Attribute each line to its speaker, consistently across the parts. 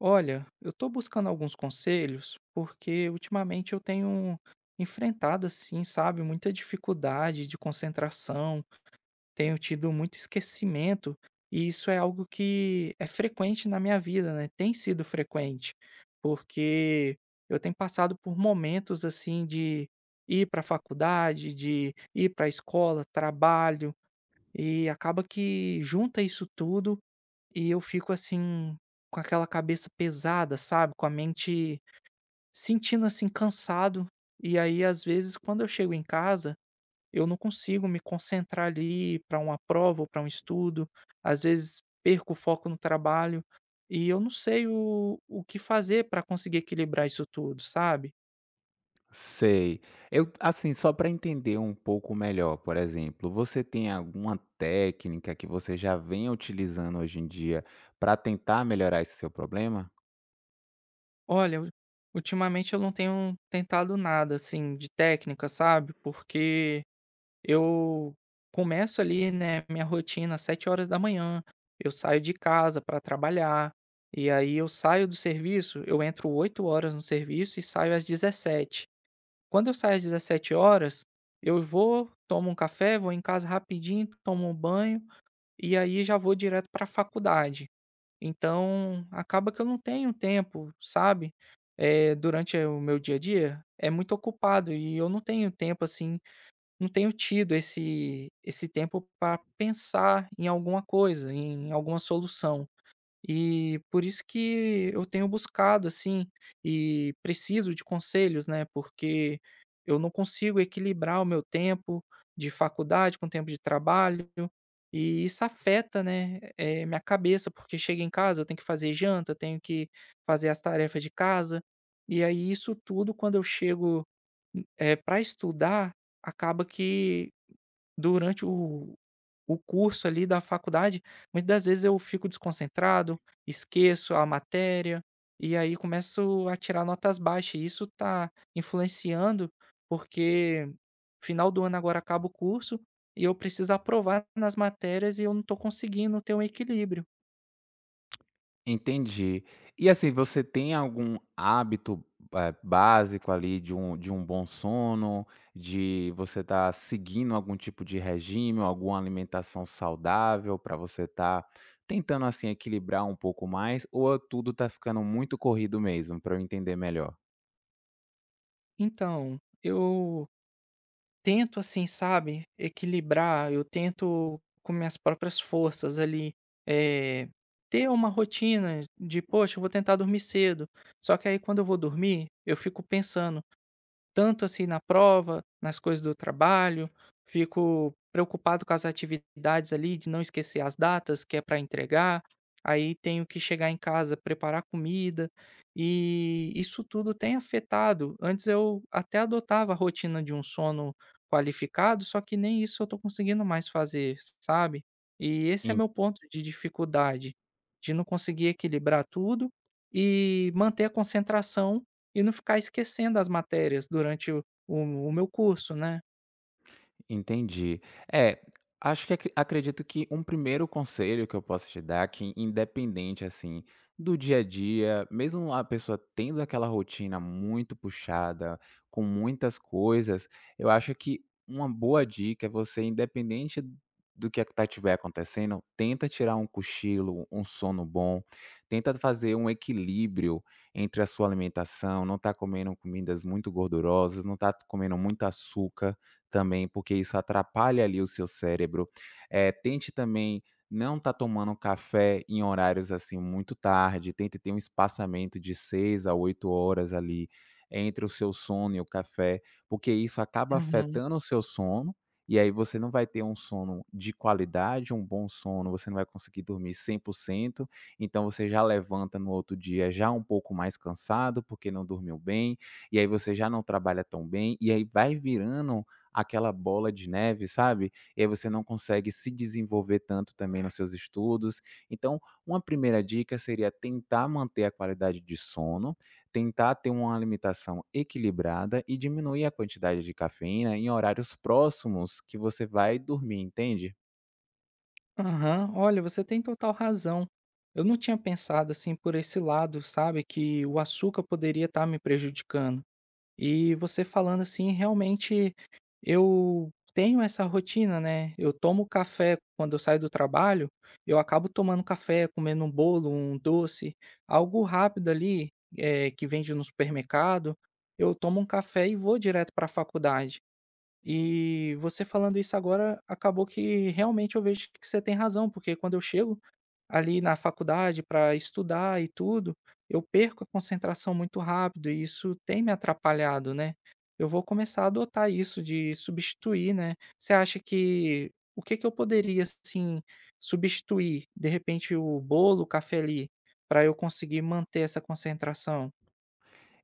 Speaker 1: Olha, eu estou buscando alguns conselhos, porque ultimamente eu tenho enfrentado, assim, sabe, muita dificuldade de concentração, tenho tido muito esquecimento, e isso é algo que é frequente na minha vida, né? Tem sido frequente, porque eu tenho passado por momentos, assim, de ir para a faculdade, de ir para a escola, trabalho, e acaba que junta isso tudo e eu fico assim, com aquela cabeça pesada, sabe, com a mente sentindo assim cansado, e aí às vezes quando eu chego em casa, eu não consigo me concentrar ali para uma prova ou para um estudo, às vezes perco o foco no trabalho, e eu não sei o que fazer para conseguir equilibrar isso tudo, sabe.
Speaker 2: Sei. Eu, assim, só para entender um pouco melhor, por exemplo, você tem alguma técnica que você já vem utilizando hoje em dia para tentar melhorar esse seu problema?
Speaker 1: Olha, ultimamente eu não tenho tentado nada assim de técnica, sabe, porque eu começo ali, né, minha rotina às 7 horas da manhã. Eu saio de casa para trabalhar, e aí eu saio do serviço, eu entro 8 horas no serviço e saio às 17. Quando eu saio às 17 horas, eu vou, tomo um café, vou em casa rapidinho, tomo um banho, e aí já vou direto para a faculdade. Então, acaba que eu não tenho tempo, sabe, durante o meu dia a dia, é muito ocupado e eu não tenho tempo, assim, não tenho tido esse tempo para pensar em alguma coisa, em alguma solução. E por isso que eu tenho buscado, assim, e preciso de conselhos, né, porque eu não consigo equilibrar o meu tempo de faculdade com o tempo de trabalho, e isso afeta, né, minha cabeça, porque chega em casa, eu tenho que fazer janta, eu tenho que fazer as tarefas de casa, e aí isso tudo quando eu chego pra estudar, acaba que durante o curso ali da faculdade, muitas das vezes eu fico desconcentrado, esqueço a matéria, e aí começo a tirar notas baixas, e isso está influenciando, porque final do ano agora acaba o curso, e eu preciso aprovar nas matérias e eu não estou conseguindo ter um equilíbrio.
Speaker 2: Entendi. E assim, você tem algum hábito, básico ali de um bom sono, de você tá seguindo algum tipo de regime ou alguma alimentação saudável para você tá tentando, assim, equilibrar um pouco mais, ou tudo tá ficando muito corrido mesmo, para eu entender melhor?
Speaker 1: Então, eu tento assim, sabe, equilibrar, eu tento com minhas próprias forças ali, eh, ter uma rotina de: "Poxa, eu vou tentar dormir cedo". Só que aí quando eu vou dormir, eu fico pensando tanto assim na prova, nas coisas do trabalho, fico preocupado com as atividades ali, de não esquecer as datas que é para entregar, aí tenho que chegar em casa, preparar comida, e isso tudo tem afetado. Antes eu até adotava a rotina de um sono qualificado, só que nem isso eu tô conseguindo mais fazer, sabe? E esse é
Speaker 2: En
Speaker 1: meu ponto de dificuldade, de não conseguir equilibrar tudo e manter a concentração e não ficar esquecendo as matérias durante o meu curso, né.
Speaker 2: Entendi. É, acho que acredito que um primeiro conselho que eu posso te dar, é que independente, assim, do dia a dia, mesmo a pessoa tendo aquela rotina muito puxada, com muitas coisas, eu acho que uma boa dica é você, independente do que está tiver acontecendo, tenta tirar um cochilo, um sono bom, tenta fazer um equilíbrio entre a sua alimentação, não tá comendo comidas muito gordurosas, não tá comendo muito açúcar também, porque isso atrapalha ali o seu cérebro. Tente também não estar tomando café em horários, assim, muito tarde, tente ter um espaçamento de 6 a 8 horas ali entre o seu sono e o café, porque isso acaba
Speaker 1: Uhum.
Speaker 2: afetando o seu sono, e aí você não vai ter um sono de qualidade, um bom sono, você não vai conseguir dormir 100%. Então você já levanta no outro dia já um pouco mais cansado, porque não dormiu bem, e aí você já não trabalha tão bem, e aí vai virando aquela bola de neve, sabe? E aí você não consegue se desenvolver tanto também nos seus estudos. Então, uma primeira dica seria tentar manter a qualidade de sono, tentar ter uma alimentação equilibrada e diminuir a quantidade de cafeína em horários próximos que você vai dormir, entende?
Speaker 1: Aham. Olha, você tem total razão. Eu não tinha pensado, assim, por esse lado, sabe, que o açúcar poderia estar me prejudicando. E você falando assim, realmente eu tenho essa rotina, né, eu tomo café quando eu saio do trabalho, eu acabo tomando café, comendo um bolo, um doce, algo rápido ali, que vende no supermercado, eu tomo um café e vou direto para a faculdade. E você falando isso agora, acabou que realmente eu vejo que você tem razão, porque quando eu chego ali na faculdade para estudar e tudo, eu perco a concentração muito rápido e isso tem me atrapalhado, né? Eu vou começar a adotar isso de substituir, né? Você acha que o que que eu poderia assim substituir, de repente o bolo, o café ali, para eu conseguir manter essa concentração?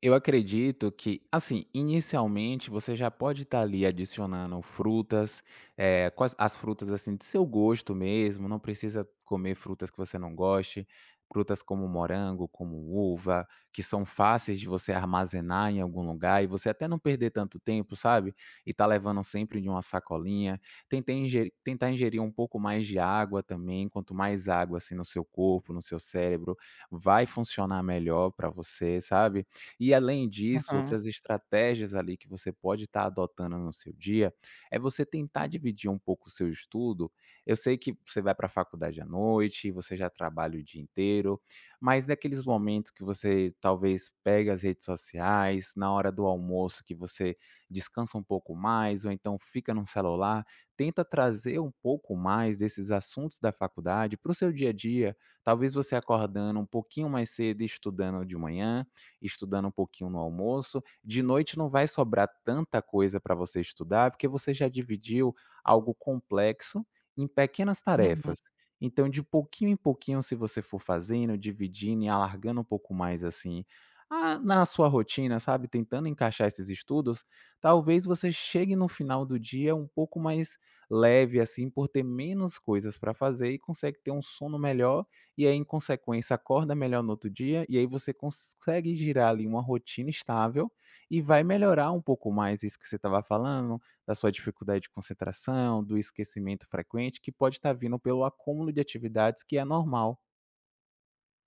Speaker 2: Eu acredito que, assim, inicialmente você já pode estar ali adicionando frutas, quais as frutas, assim, de seu gosto mesmo, não precisa comer frutas que você não goste, frutas como morango, como uva, que são fáceis de você armazenar em algum lugar e você até não perder tanto tempo, sabe? E tá levando sempre de uma sacolinha. Tentar ingerir um pouco mais de água também, quanto mais água assim no seu corpo, no seu cérebro, vai funcionar melhor para você, sabe? E além disso,
Speaker 1: Aham,
Speaker 2: outras estratégias ali que você pode estar adotando no seu dia, é você tentar dividir um pouco o seu estudo. Eu sei que você vai para a faculdade à noite, você já trabalha o dia inteiro, mas naqueles momentos que você talvez pega as redes sociais, na hora do almoço que você descansa um pouco mais, ou então fica no celular, tenta trazer um pouco mais desses assuntos da faculdade para o seu dia a dia. Talvez você acordando um pouquinho mais cedo e estudando de manhã, estudando um pouquinho no almoço. De noite não vai sobrar tanta coisa para você estudar, porque você já dividiu algo complexo em pequenas
Speaker 1: uhum.
Speaker 2: tarefas. Então, de pouquinho em pouquinho, se você for fazendo, dividindo e alargando um pouco mais assim, na sua rotina, sabe, tentando encaixar esses estudos, talvez você chegue no final do dia um pouco mais leve, assim, por ter menos coisas para fazer e consegue ter um sono melhor e aí, em consequência, acorda melhor no outro dia, e aí você consegue girar ali uma rotina estável e vai melhorar um pouco mais isso que você estava falando, da sua dificuldade de concentração, do esquecimento frequente, que pode estar vindo pelo acúmulo de atividades que é normal.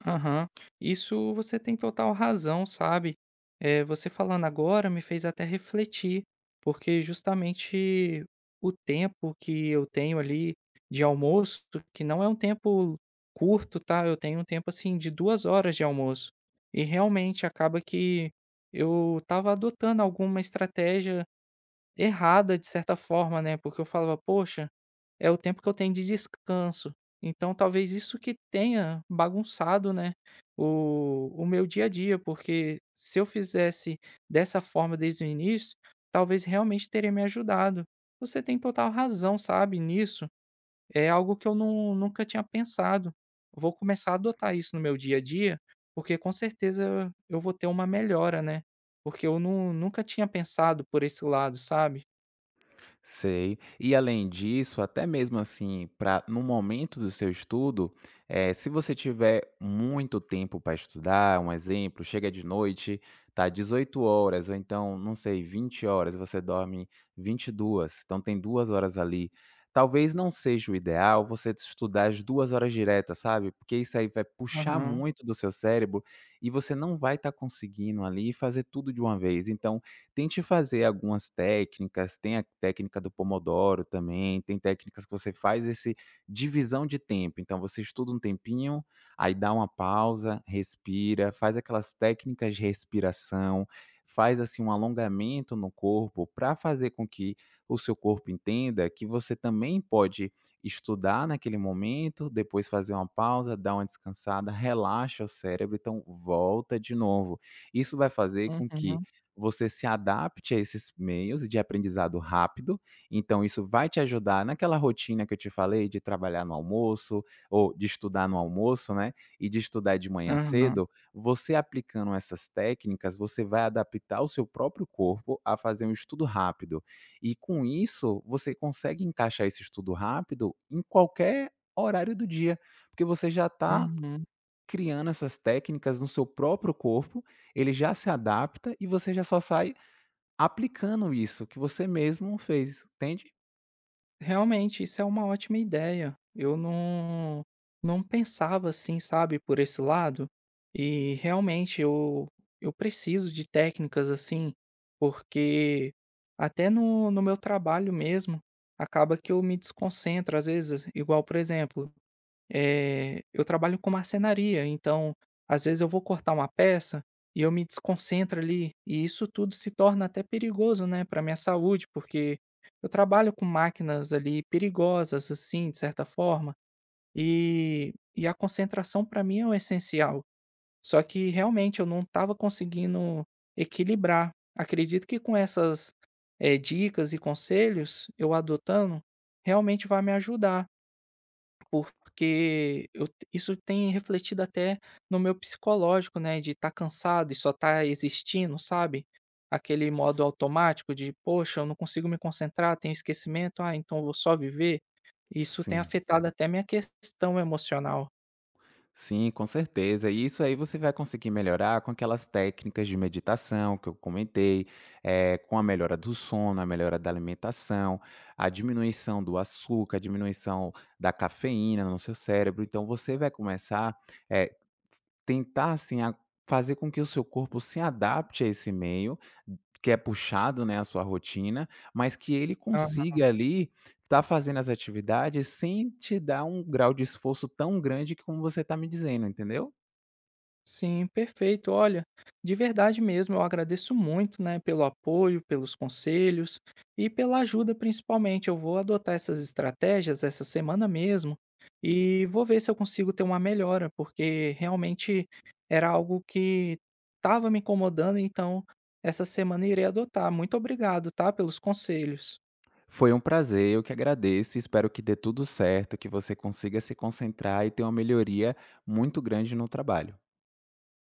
Speaker 1: Aham. Isso você tem total razão, sabe. Você falando agora me fez até refletir, porque justamente o tempo que eu tenho ali de almoço, que não é um tempo curto, tá, eu tenho um tempo, assim, de 2 horas de almoço. E realmente acaba que eu estava adotando alguma estratégia errada de certa forma, né, porque eu falava: "Poxa". É o tempo que eu tenho de descanso. Então talvez isso que tenha bagunçado, né, o o meu dia a dia, porque se eu fizesse dessa forma desde o início, talvez realmente teria me ajudado. Você tem total razão, sabe, nisso. É algo que eu não nunca tinha pensado. Vou começar a adotar isso no meu dia a dia, porque com certeza eu vou ter uma melhora, né. Porque eu nu nunca tinha pensado por esse lado, sabe.
Speaker 2: Sei. E além disso, até mesmo assim, para no momento do seu estudo, se você tiver muito tempo para estudar, um exemplo, chega de noite, tá 18 horas ou então, não sei, 20 horas você dorme 22 horas, então tem 2 horas ali. Talvez não seja o ideal você estudar as 2 horas diretas, sabe, porque isso aí vai puxar
Speaker 1: Aham.
Speaker 2: muito do seu cérebro e você não vai estar conseguindo ali fazer tudo de uma vez. Então, tente fazer algumas técnicas, tem a técnica do pomodoro também, tem técnicas que você faz esse divisão de tempo. Então você estuda um tempinho, aí dá uma pausa, respira, faz aquelas técnicas de respiração, faz assim um alongamento no corpo para fazer com que o seu corpo entenda que você também pode estudar naquele momento, depois fazer uma pausa, dar uma descansada, relaxa o cérebro, então volta de novo. Isso vai fazer com que
Speaker 1: Uhum.
Speaker 2: você se adapte a esses meios de aprendizado rápido, então isso vai te ajudar naquela rotina que eu te falei de trabalhar no almoço, ou de estudar no almoço, né, e de estudar de manhã
Speaker 1: Aham.
Speaker 2: cedo, você aplicando essas técnicas, você vai adaptar o seu próprio corpo a fazer um estudo rápido. E com isso, você consegue encaixar esse estudo rápido em qualquer horário do dia, porque você já está
Speaker 1: Uhum.
Speaker 2: criando essas técnicas no seu próprio corpo, ele já se adapta e você já só sai aplicando isso que você mesmo fez, entende?
Speaker 1: Realmente, isso é uma ótima ideia. Eu não Não pensava assim, sabe, por esse lado. E realmente eu preciso de técnicas assim, porque até no meu trabalho mesmo, acaba que eu me desconcentro às vezes, igual, por exemplo, eu trabalho com marcenaria, então, às vezes eu vou cortar uma peça e eu me desconcentro ali, e isso tudo se torna até perigoso, né, para minha saúde, porque eu trabalho com máquinas ali perigosas, assim, de certa forma, e, a concentração para mim é o essencial. Só que realmente eu não estava conseguindo equilibrar. Acredito que com essas dicas e conselhos, eu adotando, realmente vai me ajudar. Porque isso tem refletido até no meu psicológico, né, de estar cansado e só estar existindo, sabe. Aquele
Speaker 2: S
Speaker 1: modo automático de: "Poxa, eu não consigo me concentrar, tenho esquecimento, ah, então eu vou só viver". Isso tem
Speaker 2: Sim,
Speaker 1: afetado até minha questão emocional.
Speaker 2: sim, com certeza. E isso aí você vai conseguir melhorar com aquelas técnicas de meditação que eu comentei, com a melhora do sono, a melhora da alimentação, a diminuição do açúcar, a diminuição da cafeína no seu cérebro. Então você vai começar, eh, tentar, assim, a fazer com que o seu corpo se adapte a esse meio que é puxado, né, a sua rotina, mas que ele consiga ali tá fazendo as atividades sem te dar um grau de esforço tão grande como você tá me dizendo, entendeu?
Speaker 1: Sim, perfeito. Olha, de verdade mesmo, eu agradeço muito, né, pelo apoio, pelos conselhos e pela ajuda, principalmente. Eu vou adotar essas estratégias essa semana mesmo e vou ver se eu consigo ter uma melhora, porque realmente era algo que estava me incomodando, então essa semana eu irei adotar. Muito obrigado, tá, pelos conselhos.
Speaker 2: Foi um prazer, eu que agradeço, espero que dê tudo certo, que você consiga se concentrar e ter uma melhoria muito grande no trabalho.